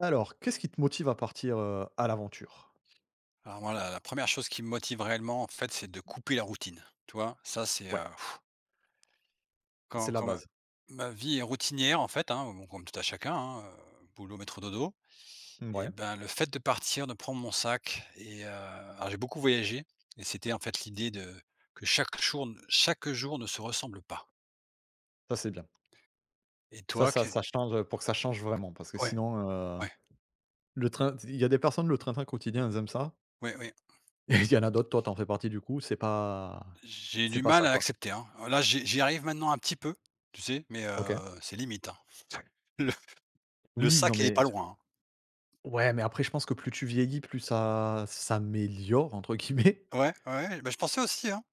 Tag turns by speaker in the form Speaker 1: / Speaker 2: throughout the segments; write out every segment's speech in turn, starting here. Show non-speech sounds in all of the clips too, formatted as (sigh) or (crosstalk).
Speaker 1: Alors, qu'est-ce qui te motive à partir, à l'aventure?
Speaker 2: Alors moi, la première chose qui me motive réellement, en fait, c'est de couper la routine. Tu vois? Ça, c'est,
Speaker 1: Ouais. C'est
Speaker 2: quand
Speaker 1: la
Speaker 2: quand ma
Speaker 1: base.
Speaker 2: ma vie est routinière, en fait, hein, bon, comme tout à chacun, hein, boulot, métro, dodo et
Speaker 1: Ouais,
Speaker 2: ben, le fait de partir, de prendre mon sac et alors j'ai beaucoup voyagé et c'était, en fait, l'idée de que chaque jour n chaque jour ne se ressemble pas.
Speaker 1: ça c'est bien.
Speaker 2: Et
Speaker 1: Ça
Speaker 2: toi,
Speaker 1: ça
Speaker 2: qu'est
Speaker 1: ça change, pour que ça change vraiment parce que
Speaker 2: ouais,
Speaker 1: sinon,
Speaker 2: ouais,
Speaker 1: le train il y a des personnes, le train-train quotidien, elles aiment ça
Speaker 2: ouais, ouais.
Speaker 1: (laughs) et il y en a d'autres, toi t'en fais partie du coup, c'est pas
Speaker 2: J'ai
Speaker 1: c'est
Speaker 2: du
Speaker 1: pas
Speaker 2: mal
Speaker 1: ça
Speaker 2: à
Speaker 1: quoi.
Speaker 2: l'accepter, hein. Là, j'y arrive maintenant un petit peu, tu sais? Mais
Speaker 1: OK.
Speaker 2: c'est limite, hein. (laughs) Le le
Speaker 1: Oui,
Speaker 2: sac,
Speaker 1: non
Speaker 2: il est
Speaker 1: mais
Speaker 2: pas loin, hein.
Speaker 1: ouais, mais après je pense que plus tu vieillis, plus ça «s'améliore» entre guillemets. (laughs)
Speaker 2: Ouais, ouais, bah, je pensais aussi, hein.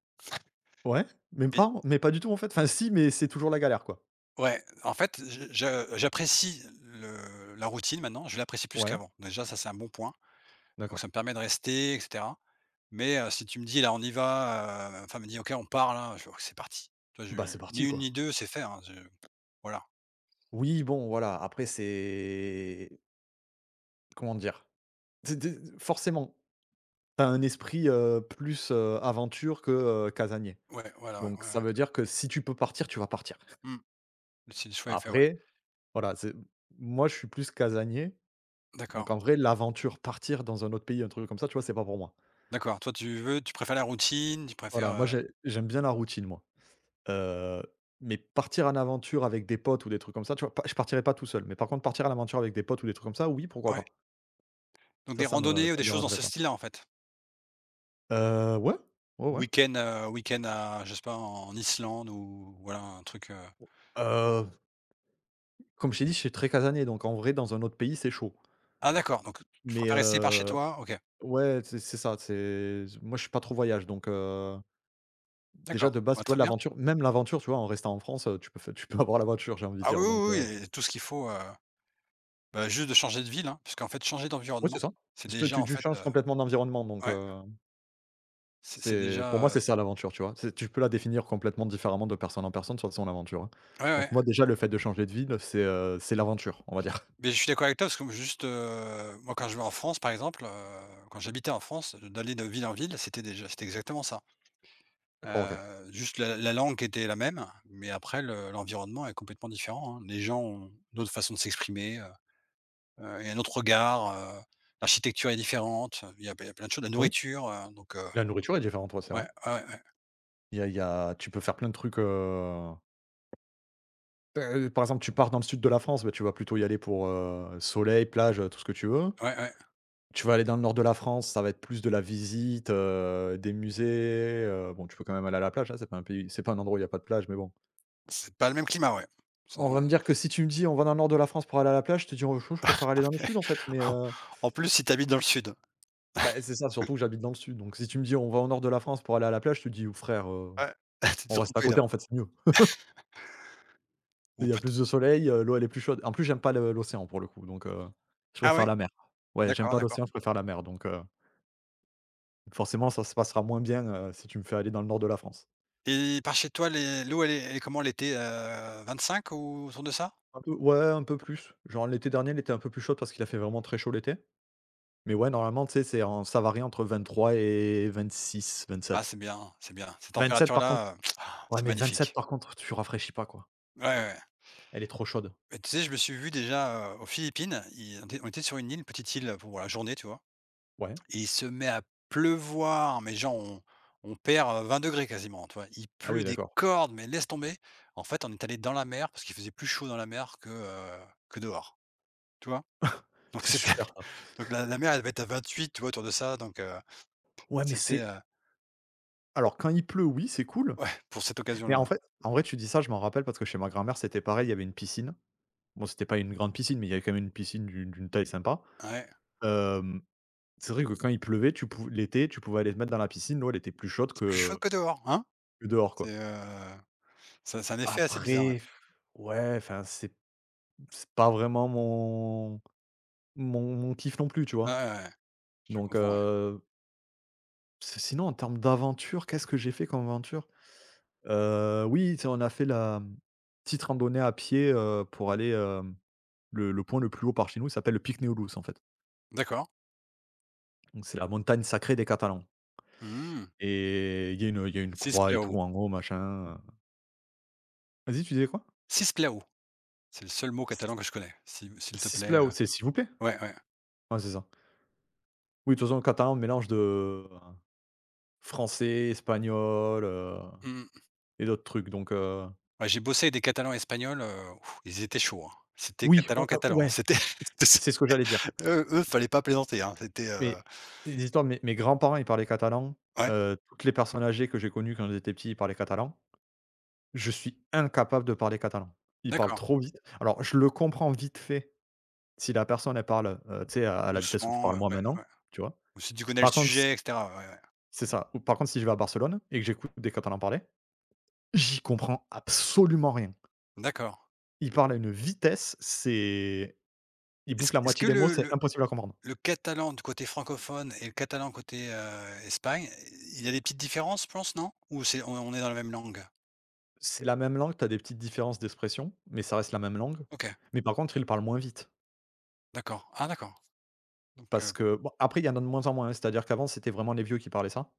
Speaker 1: Ouais, mais
Speaker 2: Et
Speaker 1: pas mais pas du tout en fait. Enfin si, mais c'est toujours la galère quoi.
Speaker 2: ouais, en fait, je j'apprécie le la routine maintenant, je l'apprécie plus
Speaker 1: Ouais,
Speaker 2: qu'avant. Déjà, ça, c'est un bon point, donc ça
Speaker 1: d'accord.
Speaker 2: me permet de rester et cetera. Mais si tu me dis: «Là, on y va», enfin, me dit: «OK, on part là», je c'est parti. Toi, je
Speaker 1: Bah, c'est
Speaker 2: ni
Speaker 1: parti
Speaker 2: une
Speaker 1: quoi.
Speaker 2: ni 2, c'est fait, hein, je voilà.
Speaker 1: Oui bon voilà, après c'est comment dire? Tu forcément, tu as un esprit, plus, aventure que, casanier.
Speaker 2: Ouais, voilà, ouais, ouais,
Speaker 1: Donc ça
Speaker 2: ouais.
Speaker 1: veut dire que si tu peux partir, tu vas partir.
Speaker 2: Mmh. Si le choix est fait, ouais.
Speaker 1: Après, voilà, c'est moi, je suis plus casanier,
Speaker 2: D'accord,
Speaker 1: donc en vrai, l'aventure, partir dans un autre pays, un truc comme ça, tu vois, c'est pas pour moi.
Speaker 2: d'accord. Toi, tu préfères la routine, tu préfères,
Speaker 1: Voilà, moi, j'aime bien la routine, moi. Heu, mais partir en aventure avec des potes ou des trucs comme ça, tu vois, pas je partirais pas tout seul. Mais par contre, partir à l'aventure avec des potes ou des trucs comme ça, oui, pourquoi
Speaker 2: ouais,
Speaker 1: pas.
Speaker 2: donc
Speaker 1: Ça,
Speaker 2: des
Speaker 1: ça me
Speaker 2: randonnées ou
Speaker 1: ça
Speaker 2: des
Speaker 1: me
Speaker 2: choses dans
Speaker 1: dérangerait
Speaker 2: ce
Speaker 1: pas.
Speaker 2: style-là, en fait?
Speaker 1: Ouais, ouais, ouais.
Speaker 2: Week-end à je sais pas, en Islande ou voilà un truc,
Speaker 1: Heu Comme je t'ai dit, je suis très casanier, donc en vrai, dans un autre pays, c'est chaud.
Speaker 2: ah d'accord, donc tu
Speaker 1: Mais
Speaker 2: préfères rester par chez toi? OK,
Speaker 1: ouais, c'est ça, c'est moi, je suis pas trop voyage, donc déjà, de
Speaker 2: d'accord,
Speaker 1: base,
Speaker 2: bah,
Speaker 1: tu vois,
Speaker 2: très bien.
Speaker 1: l'aventure même l'aventure, tu vois, en restant en France, tu peux (laughs) avoir la voiture, j'ai envie de
Speaker 2: Ah oui,
Speaker 1: dire, donc
Speaker 2: oui, oui et tout ce qu'il faut, bah, juste de changer de ville, hein, puisqu'en fait changer
Speaker 1: ouais, c'est
Speaker 2: d'environnement,
Speaker 1: ça.
Speaker 2: c'est
Speaker 1: Je
Speaker 2: déjà
Speaker 1: tu
Speaker 2: en
Speaker 1: tu
Speaker 2: fait,
Speaker 1: changes complètement d'environnement, donc
Speaker 2: ouais, c'est
Speaker 1: c'est pour moi,
Speaker 2: déjà,
Speaker 1: c'est
Speaker 2: c'est
Speaker 1: ça l'aventure, tu vois? C'est Tu peux la définir complètement différemment de personne en personne, de toute façon, l'aventure, hein.
Speaker 2: ouais, ouais,
Speaker 1: Donc moi, déjà, le fait de changer de ville, c'est l'aventure, on va dire. (laughs)
Speaker 2: mais je suis d'accord avec toi parce que juste, moi quand je vais en France par exemple, quand j'habitais en France, d'aller de ville en ville, c'était exactement ça.
Speaker 1: D'accord, OK.
Speaker 2: Juste la langue était la même, mais après le l'environnement est complètement différent, hein. Les gens ont d'autres façons de s'exprimer, et un autre regard, l'architecture est différente, il y a plein de choses, la
Speaker 1: Oui,
Speaker 2: nourriture,
Speaker 1: la nourriture est différente, ouais, c'est vrai.
Speaker 2: ouais, ouais, ouais,
Speaker 1: Il y a tu peux faire plein de trucs, Par exemple, tu pars dans le sud de la France, bah, tu vas plutôt y aller pour, soleil, plage, tout ce que tu veux.
Speaker 2: ouais, ouais.
Speaker 1: Tu vas aller dans le nord de la France, ça va être plus de la visite, des musées, bon, tu peux quand même aller à la plage, hein, c'est pas un pays c'est pas un endroit où il y a pas de plage, mais bon.
Speaker 2: C'est pas le même climat, ouais. Ça
Speaker 1: On va
Speaker 2: on
Speaker 1: me dire que si tu me dis: «On va dans le nord de la France pour aller à la plage», je te dis: «Oh, je préfère aller dans le sud, en fait», mais
Speaker 2: (laughs) En plus, si t'habites dans le sud.
Speaker 1: bah, c'est ça, surtout que j'habite dans le sud, donc si tu me dis: «On va au nord de la France pour aller à la plage», je te dis: oh, «Frère,
Speaker 2: Ouais, (laughs) t'es
Speaker 1: on reste à
Speaker 2: trompé là
Speaker 1: côté, en fait, c'est mieux». Il
Speaker 2: ou
Speaker 1: y a
Speaker 2: peut
Speaker 1: plus de soleil, l'eau elle est plus chaude. En plus, j'aime pas le l'océan pour le coup, donc je
Speaker 2: ah
Speaker 1: préfère
Speaker 2: ouais?
Speaker 1: la mer. Ouais, j'aime
Speaker 2: D'accord,
Speaker 1: pas
Speaker 2: d'accord,
Speaker 1: l'océan, je préfère la mer, donc forcément ça se passera moins bien, si tu me fais aller dans le nord de la France.
Speaker 2: et par chez toi, les l'eau, elle est comment l'été, 25 ou autour de ça?
Speaker 1: Un peu ouais, un peu plus. Genre l'été dernier, il était un peu plus chaud parce qu'il a fait vraiment très chaud l'été. Mais ouais, normalement, tu sais, c'est en ça varie entre 23 et 26,
Speaker 2: Ah,
Speaker 1: 27.
Speaker 2: c'est bien, c'est bien. Ces
Speaker 1: 27
Speaker 2: températures
Speaker 1: par contre,
Speaker 2: là, (tsk)
Speaker 1: ouais,
Speaker 2: c'est
Speaker 1: mais 27
Speaker 2: magnifique.
Speaker 1: par contre, tu rafraîchis pas quoi.
Speaker 2: Ouais, ouais.
Speaker 1: Elle est trop chaude.
Speaker 2: Bah, tu sais, je me suis vu déjà, aux Philippines, il on était sur une île, une petite île pour la journée, tu vois?
Speaker 1: Ouais.
Speaker 2: Et il se met à pleuvoir, mais genre on perd, 20 ° quasiment, tu vois? Il
Speaker 1: Ah oui
Speaker 2: pleut des
Speaker 1: d'accord.
Speaker 2: cordes, mais laisse tomber. En fait, on est allé dans la mer parce qu'il faisait plus chaud dans la mer que dehors, tu vois? Donc
Speaker 1: C'est
Speaker 2: c'était
Speaker 1: super ça.
Speaker 2: (laughs) Donc la mer, elle devait être à 28, tu vois, autour de ça,
Speaker 1: Ouais, mais
Speaker 2: c'était,
Speaker 1: c'est
Speaker 2: heu,
Speaker 1: alors quand il pleut, oui, c'est cool.
Speaker 2: ouais, pour cette
Speaker 1: Mais
Speaker 2: occasion-là,
Speaker 1: en fait, en vrai, tu dis ça, je m'en rappelle parce que chez ma grand-mère, c'était pareil, il y avait une piscine. Bon, c'était pas une grande piscine, mais il y avait quand même une piscine d'une taille sympa.
Speaker 2: ouais.
Speaker 1: Hem, c'est vrai que quand il pleuvait, tu pou l'été, tu pouvais aller te mettre dans la piscine, l'eau, elle était plus chaude
Speaker 2: Plus chaud
Speaker 1: que
Speaker 2: que dehors, hein?
Speaker 1: que dehors, quoi.
Speaker 2: C'est, heu, ça un effet assez bizarre, ouais.
Speaker 1: Après, ouais, enfin, c'est pas vraiment mon kiff non plus, tu
Speaker 2: Ouais,
Speaker 1: vois?
Speaker 2: ouais, ouais, je
Speaker 1: Donc
Speaker 2: comprends, ouais.
Speaker 1: si sinon, en termes d'aventure, qu'est-ce que j'ai fait comme aventure? Oui, tu sais, on a fait la, petite randonnée à pied, pour aller, le point le plus haut par chez nous, il s'appelle le Pic Néolus, en fait.
Speaker 2: D'accord.
Speaker 1: Donc c'est la montagne sacrée des Catalans
Speaker 2: Mmh.
Speaker 1: et il y a une croix et
Speaker 2: Cisplau,
Speaker 1: tout en haut, machin, Vas-y, tu disais quoi?
Speaker 2: cisplau, c'est le seul mot catalan
Speaker 1: S
Speaker 2: que je connais. Si s'il te plaît,
Speaker 1: Sisplau, c'est s'il vous plaît?
Speaker 2: ouais, ouais.
Speaker 1: Ouais, c'est ça. Oui, de toute façon, le catalan, mélange de euh, français, espagnol,
Speaker 2: Mmh mh.
Speaker 1: et d'autres trucs donc
Speaker 2: Ouais, j'ai bossé avec des catalans espagnols, ouf, ils étaient chauds, hein. C'était
Speaker 1: oui,
Speaker 2: catalan, catalan.
Speaker 1: ouais,
Speaker 2: C'était
Speaker 1: c'est ce
Speaker 2: (laughs)
Speaker 1: que j'allais dire.
Speaker 2: eux, fallait pas plaisanter, hein.
Speaker 1: Mais les histoires, mes grands-parents, ils parlaient catalan,
Speaker 2: Ouais,
Speaker 1: toutes les personnes âgées que j'ai connues quand j'étais petit, ils parlaient catalan. Je suis incapable de parler catalan. Il parle
Speaker 2: d'accord.
Speaker 1: trop vite. Alors, je le comprends vite fait si la personne elle parle, tu sais, à la vitesse où je parle
Speaker 2: Doucement,
Speaker 1: moi
Speaker 2: ouais, ouais.
Speaker 1: maintenant, tu vois?
Speaker 2: Ou si tu connais le
Speaker 1: Par contre s
Speaker 2: sujet et cetera, ouais, ouais.
Speaker 1: C'est ça. Ou par contre, si je vais à Barcelone et que j'écoute des Catalans parler, j'y comprends absolument rien.
Speaker 2: D'accord.
Speaker 1: Ils parlent à une vitesse, c'est ils
Speaker 2: Est-ce
Speaker 1: bouffent
Speaker 2: que
Speaker 1: la
Speaker 2: est-ce
Speaker 1: moitié
Speaker 2: que
Speaker 1: des mots,
Speaker 2: le
Speaker 1: c'est
Speaker 2: le
Speaker 1: impossible à comprendre.
Speaker 2: le catalan du côté francophone et le catalan côté, Espagne, il y a des petites différences, je pense non? Ou c'est, on est dans la même langue?
Speaker 1: C'est la même langue, tu as des petites différences d'expression, mais ça reste la même langue.
Speaker 2: OK,
Speaker 1: Mais par contre, ils parlent moins vite
Speaker 2: d'accord. Ah d'accord, donc,
Speaker 1: parce que bon, après il y en a de moins en moins, hein, c'est-à-dire qu'avant, c'était vraiment les vieux qui parlaient ça.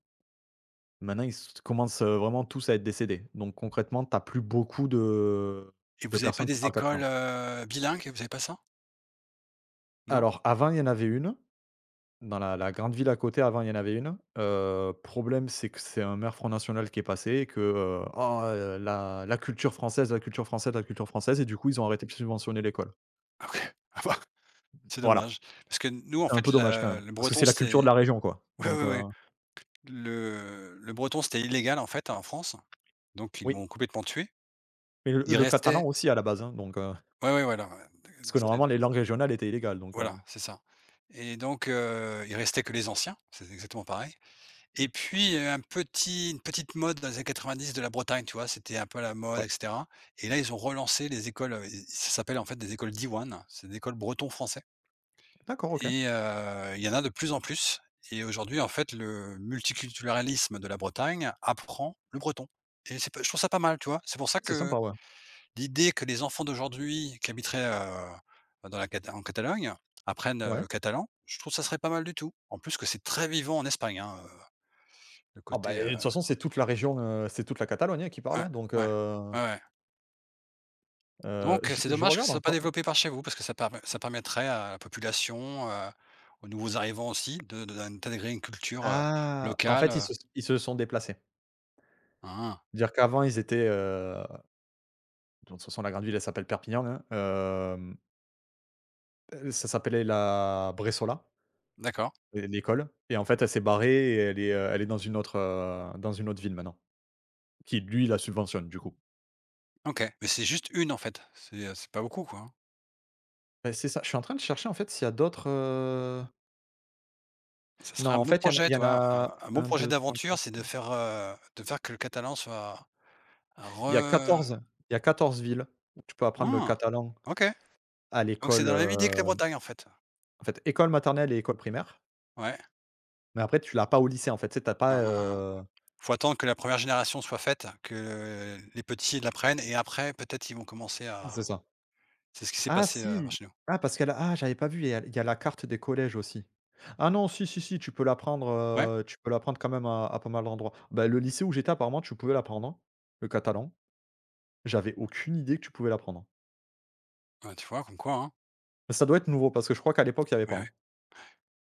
Speaker 1: Maintenant, ils s commencent, vraiment tous à être décédés. Donc concrètement, t'as plus beaucoup de
Speaker 2: et vous avez pas
Speaker 1: personnes qui
Speaker 2: des
Speaker 1: parlent catalan.
Speaker 2: écoles, bilingues? Vous avez pas ça? Non?
Speaker 1: Alors avant, il y en avait une, dans la grande ville à côté, avant, il y en avait une. Problème, c'est que c'est un maire Front National qui est passé et que, «Oh, la culture française, la culture française, la culture française» et du coup, ils ont arrêté de subventionner l'école.
Speaker 2: Ah ouais. (laughs) Ah bah, c'est
Speaker 1: Voilà,
Speaker 2: dommage. Parce que nous, en
Speaker 1: c'est un peu
Speaker 2: fait,
Speaker 1: dommage quand
Speaker 2: la
Speaker 1: même,
Speaker 2: le
Speaker 1: parce que
Speaker 2: breton,
Speaker 1: c'est la
Speaker 2: c'était
Speaker 1: culture de la région, quoi.
Speaker 2: (laughs) ouais,
Speaker 1: Donc
Speaker 2: ouais, ouais. Le breton, c'était illégal, en fait, en France, donc ils
Speaker 1: oui,
Speaker 2: l'ont complètement tué.
Speaker 1: mais le
Speaker 2: Il
Speaker 1: le catalan
Speaker 2: restait
Speaker 1: aussi à la base, hein, donc
Speaker 2: ouais, ouais, voilà, ouais,
Speaker 1: parce que
Speaker 2: c'était
Speaker 1: normalement les langues régionales étaient illégales, donc
Speaker 2: voilà, c'est ça. Et donc, il restait que les anciens, c'est exactement pareil. Et puis, un petit une petite mode dans les années dix de la Bretagne, tu vois? C'était un peu à la mode
Speaker 1: ouais.
Speaker 2: et cetera. Et là, ils ont relancé les écoles, ça s'appelle, en fait, des écoles diwan, c'est des écoles breton français.
Speaker 1: D'accord, OK.
Speaker 2: Et il y en a de plus en plus. Et aujourd'hui, en fait, le multiculturalisme de la Bretagne apprend le breton, et c'est pas je trouve ça pas mal, tu vois? C'est pour ça
Speaker 1: C'est
Speaker 2: que
Speaker 1: sympa, ouais.
Speaker 2: l'idée que les enfants d'aujourd'hui qui habiteraient, dans la Cata en Catalogne apprennent,
Speaker 1: Ouais.
Speaker 2: le catalan, je trouve ça serait pas mal du tout. En plus que c'est très vivant en Espagne, hein, le
Speaker 1: Ah bah,
Speaker 2: côté,
Speaker 1: et de
Speaker 2: heu
Speaker 1: toute façon, c'est toute la région, c'est toute la Catalogne, hein, qui parle,
Speaker 2: ouais,
Speaker 1: hein, donc
Speaker 2: ouais, ouais, ouais. Donc
Speaker 1: je
Speaker 2: c'est
Speaker 1: je
Speaker 2: dommage que
Speaker 1: regarde
Speaker 2: ça soit pas
Speaker 1: encore
Speaker 2: développé par chez vous parce que ça permettrait à la population, aux nouveaux arrivants aussi de d'intégrer une culture,
Speaker 1: ah! En fait, ils
Speaker 2: locale.
Speaker 1: se ils se sont déplacés.
Speaker 2: Ah,
Speaker 1: Dire qu'avant, ils étaient, de toute façon, la grande ville, elle s'appelle Perpignan, hein, ça s'appelait la Bressola,
Speaker 2: d'accord.
Speaker 1: l'école et en fait, elle s'est barrée et elle est dans une autre ville maintenant, qui lui la subventionne, du coup.
Speaker 2: OK. Mais c'est juste une, en fait, c'est pas beaucoup quoi, hein?
Speaker 1: Bah, c'est ça, je suis en train de chercher, en fait, s'il y a d'autres,
Speaker 2: Ça
Speaker 1: non,
Speaker 2: serait un
Speaker 1: en
Speaker 2: bon
Speaker 1: fait, il y en a il
Speaker 2: projet,
Speaker 1: y
Speaker 2: tu
Speaker 1: en
Speaker 2: vois?
Speaker 1: a
Speaker 2: Un bon
Speaker 1: 1
Speaker 2: projet
Speaker 1: 2 3
Speaker 2: d'aventure,
Speaker 1: 4.
Speaker 2: c'est de faire, que le catalan soit
Speaker 1: Il y a
Speaker 2: re
Speaker 1: 14, il y a 14 villes où tu peux apprendre le
Speaker 2: ah!
Speaker 1: catalan
Speaker 2: OK,
Speaker 1: à
Speaker 2: donc c'est
Speaker 1: l'école,
Speaker 2: dans la même idée que la Bretagne en fait?
Speaker 1: en fait, école maternelle et école primaire,
Speaker 2: Ouais,
Speaker 1: mais après tu l'as pas au lycée, en fait, tu sais, tu as pas,
Speaker 2: un faut attendre que la première génération soit faite, que les petits l'apprennent et après peut-être ils vont commencer
Speaker 1: c'est
Speaker 2: à
Speaker 1: ça.
Speaker 2: c'est ce qui s'est
Speaker 1: Ah
Speaker 2: passé,
Speaker 1: si!
Speaker 2: chez nous.
Speaker 1: Ah parce qu'elle a ah J'avais pas vu, il y a la carte des collèges aussi. Ah non, si, si, si,
Speaker 2: Ouais,
Speaker 1: tu peux l'apprendre quand même à pas mal d'endroits. Bah, le lycée où j'étais apparemment tu pouvais l'apprendre, hein, le catalan. J'avais aucune idée que tu pouvais l'apprendre.
Speaker 2: bah, tu vois comme quoi, hein?
Speaker 1: Ça doit être nouveau parce que je crois qu'à l'époque il y avait pas,
Speaker 2: Ouais, ouais.
Speaker 1: hein.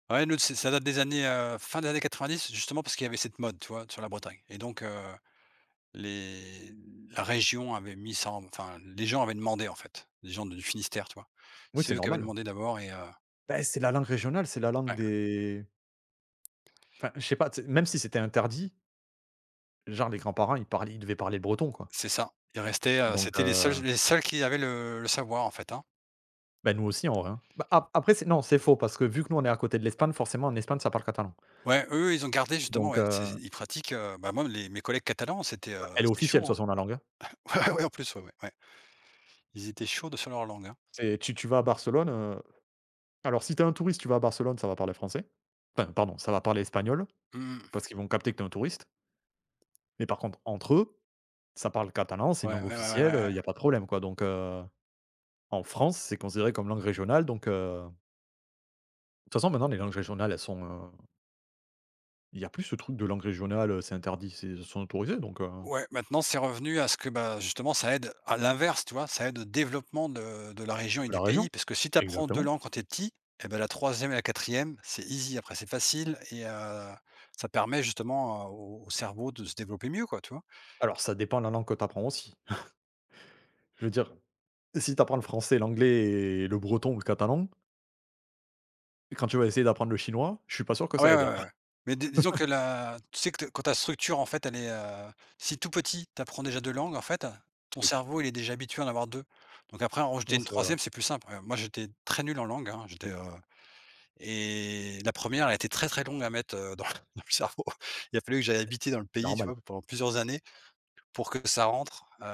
Speaker 2: Ouais, nous, c'est ça date des années, fin des années 90, justement parce qu'il y avait cette mode, tu vois, sur la Bretagne. Et donc, Les la région avait mis ça en les gens avaient demandé, en fait, les gens du Finistère, tu vois?
Speaker 1: Oui,
Speaker 2: C'est
Speaker 1: c'est
Speaker 2: eux qui avaient
Speaker 1: normal.
Speaker 2: demandé d'abord. Et
Speaker 1: Bah c'est la langue régionale, c'est la langue
Speaker 2: ouais,
Speaker 1: des enfin, je sais pas, tu sais, même si c'était interdit, genre les grands-parents, ils devaient parler le breton, quoi.
Speaker 2: c'est ça.
Speaker 1: Donc
Speaker 2: C'était les seuls les seuls qui avaient le savoir, en fait, hein.
Speaker 1: bah, nous aussi en vrai, hein. Bah, ap après c'est non, c'est faux parce que vu que nous on est à côté de l'Espagne, forcément en Espagne ça parle catalan.
Speaker 2: Ouais, eux, ils ont gardé justement,
Speaker 1: Donc
Speaker 2: ouais, c'est ils pratiquent, bah, moi, les mes collègues catalans,
Speaker 1: bah, elle est
Speaker 2: c'était
Speaker 1: officielle de
Speaker 2: chaud,
Speaker 1: toute
Speaker 2: hein.
Speaker 1: façon la langue, hein.
Speaker 2: (laughs) Ouais, ouais, en plus, ouais, ouais, ouais. Ils étaient chauds de sur leur langue, hein.
Speaker 1: C'est tu tu vas à Barcelone, alors si t'es un touriste, tu vas à Barcelone, ça va parler français. Enfin pardon, ça va parler espagnol
Speaker 2: Mmh.
Speaker 1: parce qu'ils vont capter que t'es un touriste. Mais par contre entre eux, ça parle catalan, c'est une
Speaker 2: Ouais,
Speaker 1: langue
Speaker 2: ouais, ouais, ouais, ouais,
Speaker 1: officielle,
Speaker 2: ouais.
Speaker 1: il y a pas de problème, quoi. Donc en France, c'est considéré comme langue régionale donc de toute façon maintenant les langues régionales elles sont, Il y a plus ce truc de langue régionale, c'est interdit, c'est ils sont autorisés donc
Speaker 2: Ouais, maintenant c'est revenu à ce que, bah, justement ça aide à l'inverse, tu vois? Ça aide au développement de la région et
Speaker 1: La
Speaker 2: du pays
Speaker 1: région?
Speaker 2: parce que si tu apprends deux
Speaker 1: Exactement.
Speaker 2: langues quand tu es petit et ben la troisième et la quatrième c'est easy, après c'est facile et ça permet justement, au cerveau de se développer mieux quoi, tu vois?
Speaker 1: Alors ça dépend de la langue que tu apprends aussi. Je veux dire, si tu apprends le français, l'anglais et le breton ou le catalan, quand tu vas essayer d'apprendre le chinois, je suis pas sûr que
Speaker 2: Ah
Speaker 1: ça
Speaker 2: ouais, ouais,
Speaker 1: aide.
Speaker 2: ouais, ouais. Mais disons que la tu sais que quand ta structure en fait elle est, si tout petit tu apprends déjà 2 langues en fait, ton
Speaker 1: Oui.
Speaker 2: cerveau il est déjà habitué à en avoir deux. Donc après en rajouter
Speaker 1: Non,
Speaker 2: une
Speaker 1: c'est vrai, ouais.
Speaker 2: troisième c'est plus simple. Moi, j'étais très nul en langue, hein, et la première, elle a été très, très longue à mettre, dans (laughs) le dans le cerveau. Il a fallu que j'aille habiter dans le
Speaker 1: C'est
Speaker 2: pays, tu
Speaker 1: normal.
Speaker 2: vois, pendant plusieurs années pour que ça rentre. heu,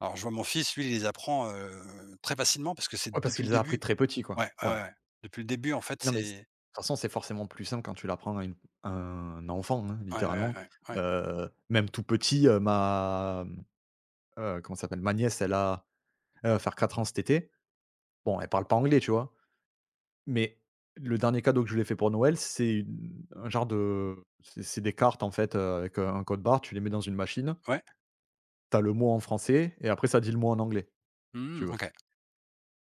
Speaker 2: alors je vois mon fils, lui, il les apprend, très facilement parce que
Speaker 1: Ouais,
Speaker 2: c'est
Speaker 1: parce
Speaker 2: depuis
Speaker 1: qu'il
Speaker 2: le
Speaker 1: les a appris
Speaker 2: début.
Speaker 1: très petits, quoi.
Speaker 2: Ouais, ouais,
Speaker 1: Ouais.
Speaker 2: ouais, ouais. Depuis le début, en fait,
Speaker 1: Non, mais c
Speaker 2: c'est
Speaker 1: de toute façon, c'est forcément plus simple quand tu l'apprends à une à un enfant, hein,
Speaker 2: ouais, ouais,
Speaker 1: littéralement.
Speaker 2: ouais, ouais, ouais,
Speaker 1: Même tout petit, comment ça s'appelle? Ma nièce, elle va faire 4 ans cet été. Bon, elle parle pas anglais, tu vois? Mais le dernier cadeau que je lui ai fait pour Noël, c'est une un genre de c'est des cartes en fait, avec, un code barre, tu les mets dans une machine,
Speaker 2: ouais,
Speaker 1: tu as le mot en français et après ça dit le mot en anglais, si tu
Speaker 2: mmh,
Speaker 1: veux.
Speaker 2: OK.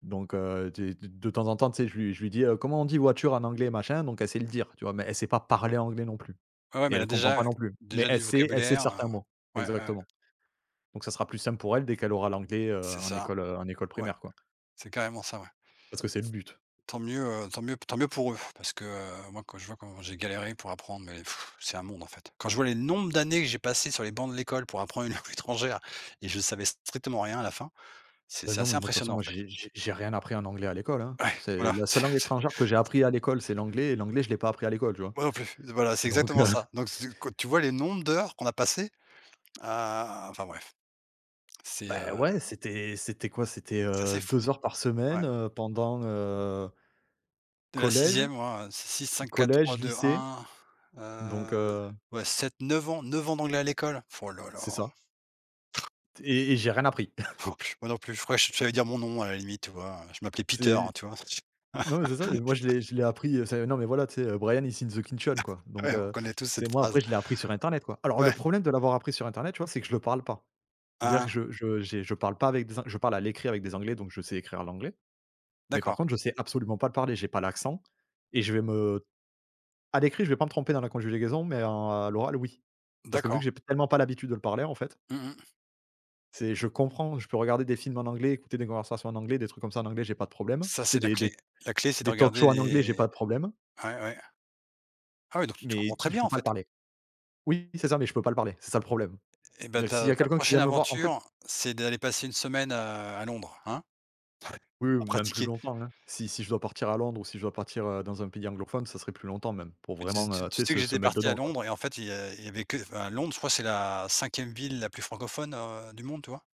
Speaker 1: Donc, tu de temps en temps, tu sais, je lui dis, «Comment on dit voiture en anglais?» machin, donc elle sait le dire, tu vois? Mais elle sait pas parler anglais non plus
Speaker 2: Ouais, ouais,
Speaker 1: et
Speaker 2: mais elle a
Speaker 1: elle comprend
Speaker 2: déjà
Speaker 1: pas non plus. Mais
Speaker 2: déjà du
Speaker 1: elle sait
Speaker 2: vocabulaire,
Speaker 1: certains mots.
Speaker 2: ouais, ouais, ouais.
Speaker 1: Exactement. Donc ça sera plus simple pour elle dès qu'elle aura l'anglais,
Speaker 2: C'est ça,
Speaker 1: en école
Speaker 2: ouais,
Speaker 1: primaire, quoi.
Speaker 2: c'est carrément ça, ouais.
Speaker 1: Parce que c'est le but.
Speaker 2: Tant mieux, tant mieux pour eux, parce que, moi quand je vois comment j'ai galéré pour apprendre, mais pff, c'est un monde en fait. Quand je vois les nombres d'années que j'ai passées sur les bancs de l'école pour apprendre une (laughs) langue étrangère et je savais strictement rien à la fin, c'est
Speaker 1: Bah,
Speaker 2: c'est
Speaker 1: non,
Speaker 2: assez
Speaker 1: mais moi, de toute façon,
Speaker 2: impressionnant en
Speaker 1: moi,
Speaker 2: fait.
Speaker 1: j'ai rien appris en anglais à l'école, hein.
Speaker 2: Ouais,
Speaker 1: C'est
Speaker 2: voilà,
Speaker 1: la
Speaker 2: (laughs)
Speaker 1: seule langue
Speaker 2: c'est
Speaker 1: étrangère que j'ai appris à l'école, c'est l'anglais, et l'anglais, je l'ai pas appris à l'école, tu vois?
Speaker 2: moi non plus, voilà, c'est
Speaker 1: Donc
Speaker 2: exactement ça.
Speaker 1: (laughs)
Speaker 2: Donc c'est quand tu vois les nombres d'heures qu'on a passées à enfin bref, c'est,
Speaker 1: bah,
Speaker 2: heu,
Speaker 1: ouais, c'était quoi? C'était,
Speaker 2: c'est assez fou,
Speaker 1: 2 heures par semaine,
Speaker 2: ouais. De la
Speaker 1: collège,
Speaker 2: sixième, e moi, c'est
Speaker 1: collège, lycée,
Speaker 2: 6-5-4-3-2-1,
Speaker 1: donc
Speaker 2: heu, ouais, 7-9 ans, 9 ans d'anglais à l'école. Oh là là.
Speaker 1: c'est ça, et j'ai rien appris. (laughs)
Speaker 2: Non plus, moi non plus, je crois que je savais dire mon nom à la limite, tu vois? Je m'appelais Peter,
Speaker 1: C'est
Speaker 2: hein, tu vois?
Speaker 1: non, mais
Speaker 2: (laughs)
Speaker 1: c'est ça. Moi, je l'ai appris, c'est non, mais voilà, tu sais, Brian is in the kitchen, quoi, donc
Speaker 2: Ouais, on connaît tous
Speaker 1: tu
Speaker 2: cette
Speaker 1: moi,
Speaker 2: phrase.
Speaker 1: après, je l'ai appris sur internet, quoi. Alors le
Speaker 2: Ouais,
Speaker 1: problème de l'avoir appris sur internet, tu vois, c'est que je le parle pas. Dire que
Speaker 2: hein,
Speaker 1: je parle pas avec des An je parle à l'écrit avec des Anglais, donc je sais écrire l'anglais, mais par
Speaker 2: d'accord,
Speaker 1: contre, je sais absolument pas le parler, j'ai pas l'accent, et je vais me à l'écrit, je vais pas me tromper dans la conjugaison, mais en à l'oral, oui. Parce que vu que
Speaker 2: d'accord.
Speaker 1: j'ai p tellement pas l'habitude de le parler, en fait,
Speaker 2: Mmh mh.
Speaker 1: c'est je comprends, je peux regarder des films en anglais, écouter des conversations en anglais, des trucs comme ça en anglais, j'ai pas de problème.
Speaker 2: Ça,
Speaker 1: C'est
Speaker 2: c'est la clé. La clé, c'est de
Speaker 1: des talk
Speaker 2: regarder
Speaker 1: shows en anglais, j'ai pas
Speaker 2: les
Speaker 1: de problème,
Speaker 2: ouais, ouais. Ah oui, donc tu comprends
Speaker 1: mais
Speaker 2: très
Speaker 1: je
Speaker 2: bien,
Speaker 1: peux
Speaker 2: en
Speaker 1: pas le
Speaker 2: fait.
Speaker 1: parler. Oui, c'est ça, mais je peux pas le parler, c'est ça le problème.
Speaker 2: Et ben
Speaker 1: C'est-à-dire que s'il y
Speaker 2: ta
Speaker 1: a
Speaker 2: ta
Speaker 1: quelqu'un qui vient
Speaker 2: prochaine
Speaker 1: me voir en fait.
Speaker 2: aventure, c'est d'aller passer une semaine à Londres, hein?
Speaker 1: Oui, oui,
Speaker 2: Pour
Speaker 1: même plus
Speaker 2: pratiquer.
Speaker 1: longtemps, hein. Si je dois partir à Londres ou si je dois partir, dans un pays anglophone, ça serait plus longtemps même, pour
Speaker 2: Mais tu sais
Speaker 1: vraiment,
Speaker 2: tu tu
Speaker 1: tu sais,
Speaker 2: sais que
Speaker 1: se
Speaker 2: j'étais
Speaker 1: mettre
Speaker 2: parti à
Speaker 1: dedans, quoi.
Speaker 2: Londres. Et en fait, il y avait que enfin, Londres, je crois, c'est la cinquième ville la plus francophone, du monde, tu vois?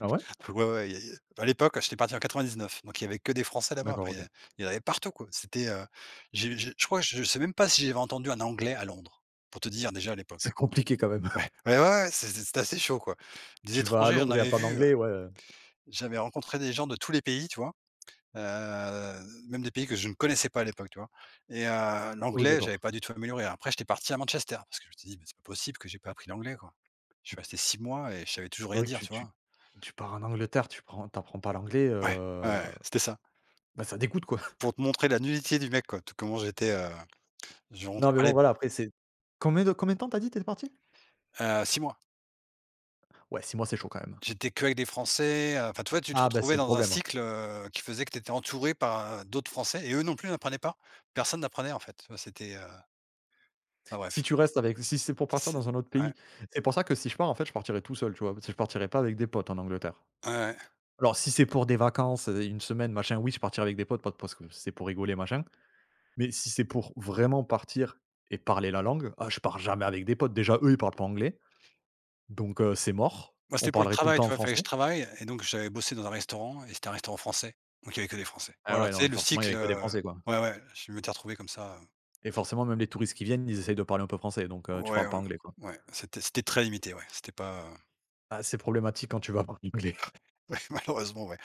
Speaker 1: Ah ouais?
Speaker 2: Ouais, ouais, ouais, il y a à l'époque, j'étais parti en 99, donc il y avait que des Français là-bas.
Speaker 1: D'accord,
Speaker 2: Enfin,
Speaker 1: OK.
Speaker 2: il y en avait partout, quoi. C'était, j'ai je crois, que je sais même pas si j'avais entendu un anglais à Londres, pour te dire déjà à l'époque,
Speaker 1: C'est
Speaker 2: hein.
Speaker 1: compliqué quand même.
Speaker 2: Ouais,
Speaker 1: (laughs)
Speaker 2: ouais, ouais, ouais, c'était assez chaud, quoi. Des
Speaker 1: Tu vas à
Speaker 2: étrangers, j'en
Speaker 1: Londres, il y a
Speaker 2: avais
Speaker 1: pas
Speaker 2: vu,
Speaker 1: d'anglais, ouais, heu.
Speaker 2: j'avais rencontré des gens de tous les pays, tu vois? Heu, même des pays que je ne connaissais pas à l'époque, tu vois? Et
Speaker 1: Oui,
Speaker 2: l'anglais, j'avais
Speaker 1: d'accord.
Speaker 2: pas du tout amélioré. Après, j'étais parti à Manchester, parce que je me suis dit: «Mais c'est pas possible que j'ai pas appris l'anglais, quoi». Je suis resté 6 mois et je savais toujours
Speaker 1: C'est
Speaker 2: rien
Speaker 1: vrai que
Speaker 2: dire, tu vois?
Speaker 1: tu pars en Angleterre, tu apprends pas l'anglais,
Speaker 2: Ouais, ouais, ouais, c'était ça.
Speaker 1: bah, ça dégoûte, quoi. (laughs)
Speaker 2: Pour te montrer la nullité du mec quoi, tout comment j'étais, je
Speaker 1: Non,
Speaker 2: rentrais
Speaker 1: mais
Speaker 2: pas
Speaker 1: bon,
Speaker 2: les
Speaker 1: voilà, après c'est combien de temps t'as dit t'es parti?
Speaker 2: 6 mois.
Speaker 1: Ouais, 6 mois, c'est chaud quand même.
Speaker 2: J'étais qu'avec des Français, enfin tu vois, tu te
Speaker 1: Ah, bah,
Speaker 2: retrouvais
Speaker 1: c'est le
Speaker 2: dans un
Speaker 1: problème, ouais.
Speaker 2: cycle, qui faisait que tu étais entouré par, d'autres Français et eux non plus n'apprenaient pas. Personne n'apprenait en fait, tu vois? Enfin
Speaker 1: Si
Speaker 2: bref.
Speaker 1: tu restes avec, si c'est pour partir
Speaker 2: C'est
Speaker 1: dans un autre
Speaker 2: ouais,
Speaker 1: pays, c'est pour ça que si je pars, en fait, je partirai tout seul, tu vois? Parce que je partirai pas avec des potes en Angleterre.
Speaker 2: ouais, ouais.
Speaker 1: Alors si c'est pour des vacances, 1 semaine machin, oui, je partirai avec des potes, pas de, parce que c'est pour rigoler machin, mais si c'est pour vraiment partir et parler la langue, ah je pars jamais avec des potes. Déjà eux, ils parlent pas anglais, donc c'est mort.
Speaker 2: Moi
Speaker 1: On
Speaker 2: c'était pour le
Speaker 1: parlerait tout le
Speaker 2: travail,
Speaker 1: temps
Speaker 2: tu
Speaker 1: en
Speaker 2: vois? Il fallait que
Speaker 1: français.
Speaker 2: je travaille et donc j'avais bossé dans un restaurant et c'était un restaurant français, donc il y avait que des Français.
Speaker 1: Ah
Speaker 2: Voilà,
Speaker 1: ouais,
Speaker 2: tu
Speaker 1: non, et
Speaker 2: sais le
Speaker 1: forcément, il y
Speaker 2: cycle,
Speaker 1: avait que des français, quoi,
Speaker 2: ouais, ouais, je m'étais retrouvé comme ça,
Speaker 1: et forcément, même les touristes qui viennent, ils essayent de parler un peu français, donc tu parles
Speaker 2: ouais,
Speaker 1: pas
Speaker 2: ouais,
Speaker 1: anglais, quoi.
Speaker 2: ouais, c'était très limité, ouais, c'était pas, (laughs)
Speaker 1: Ah, c'est problématique quand tu vas (laughs) parler anglais.
Speaker 2: ouais malheureusement ouais.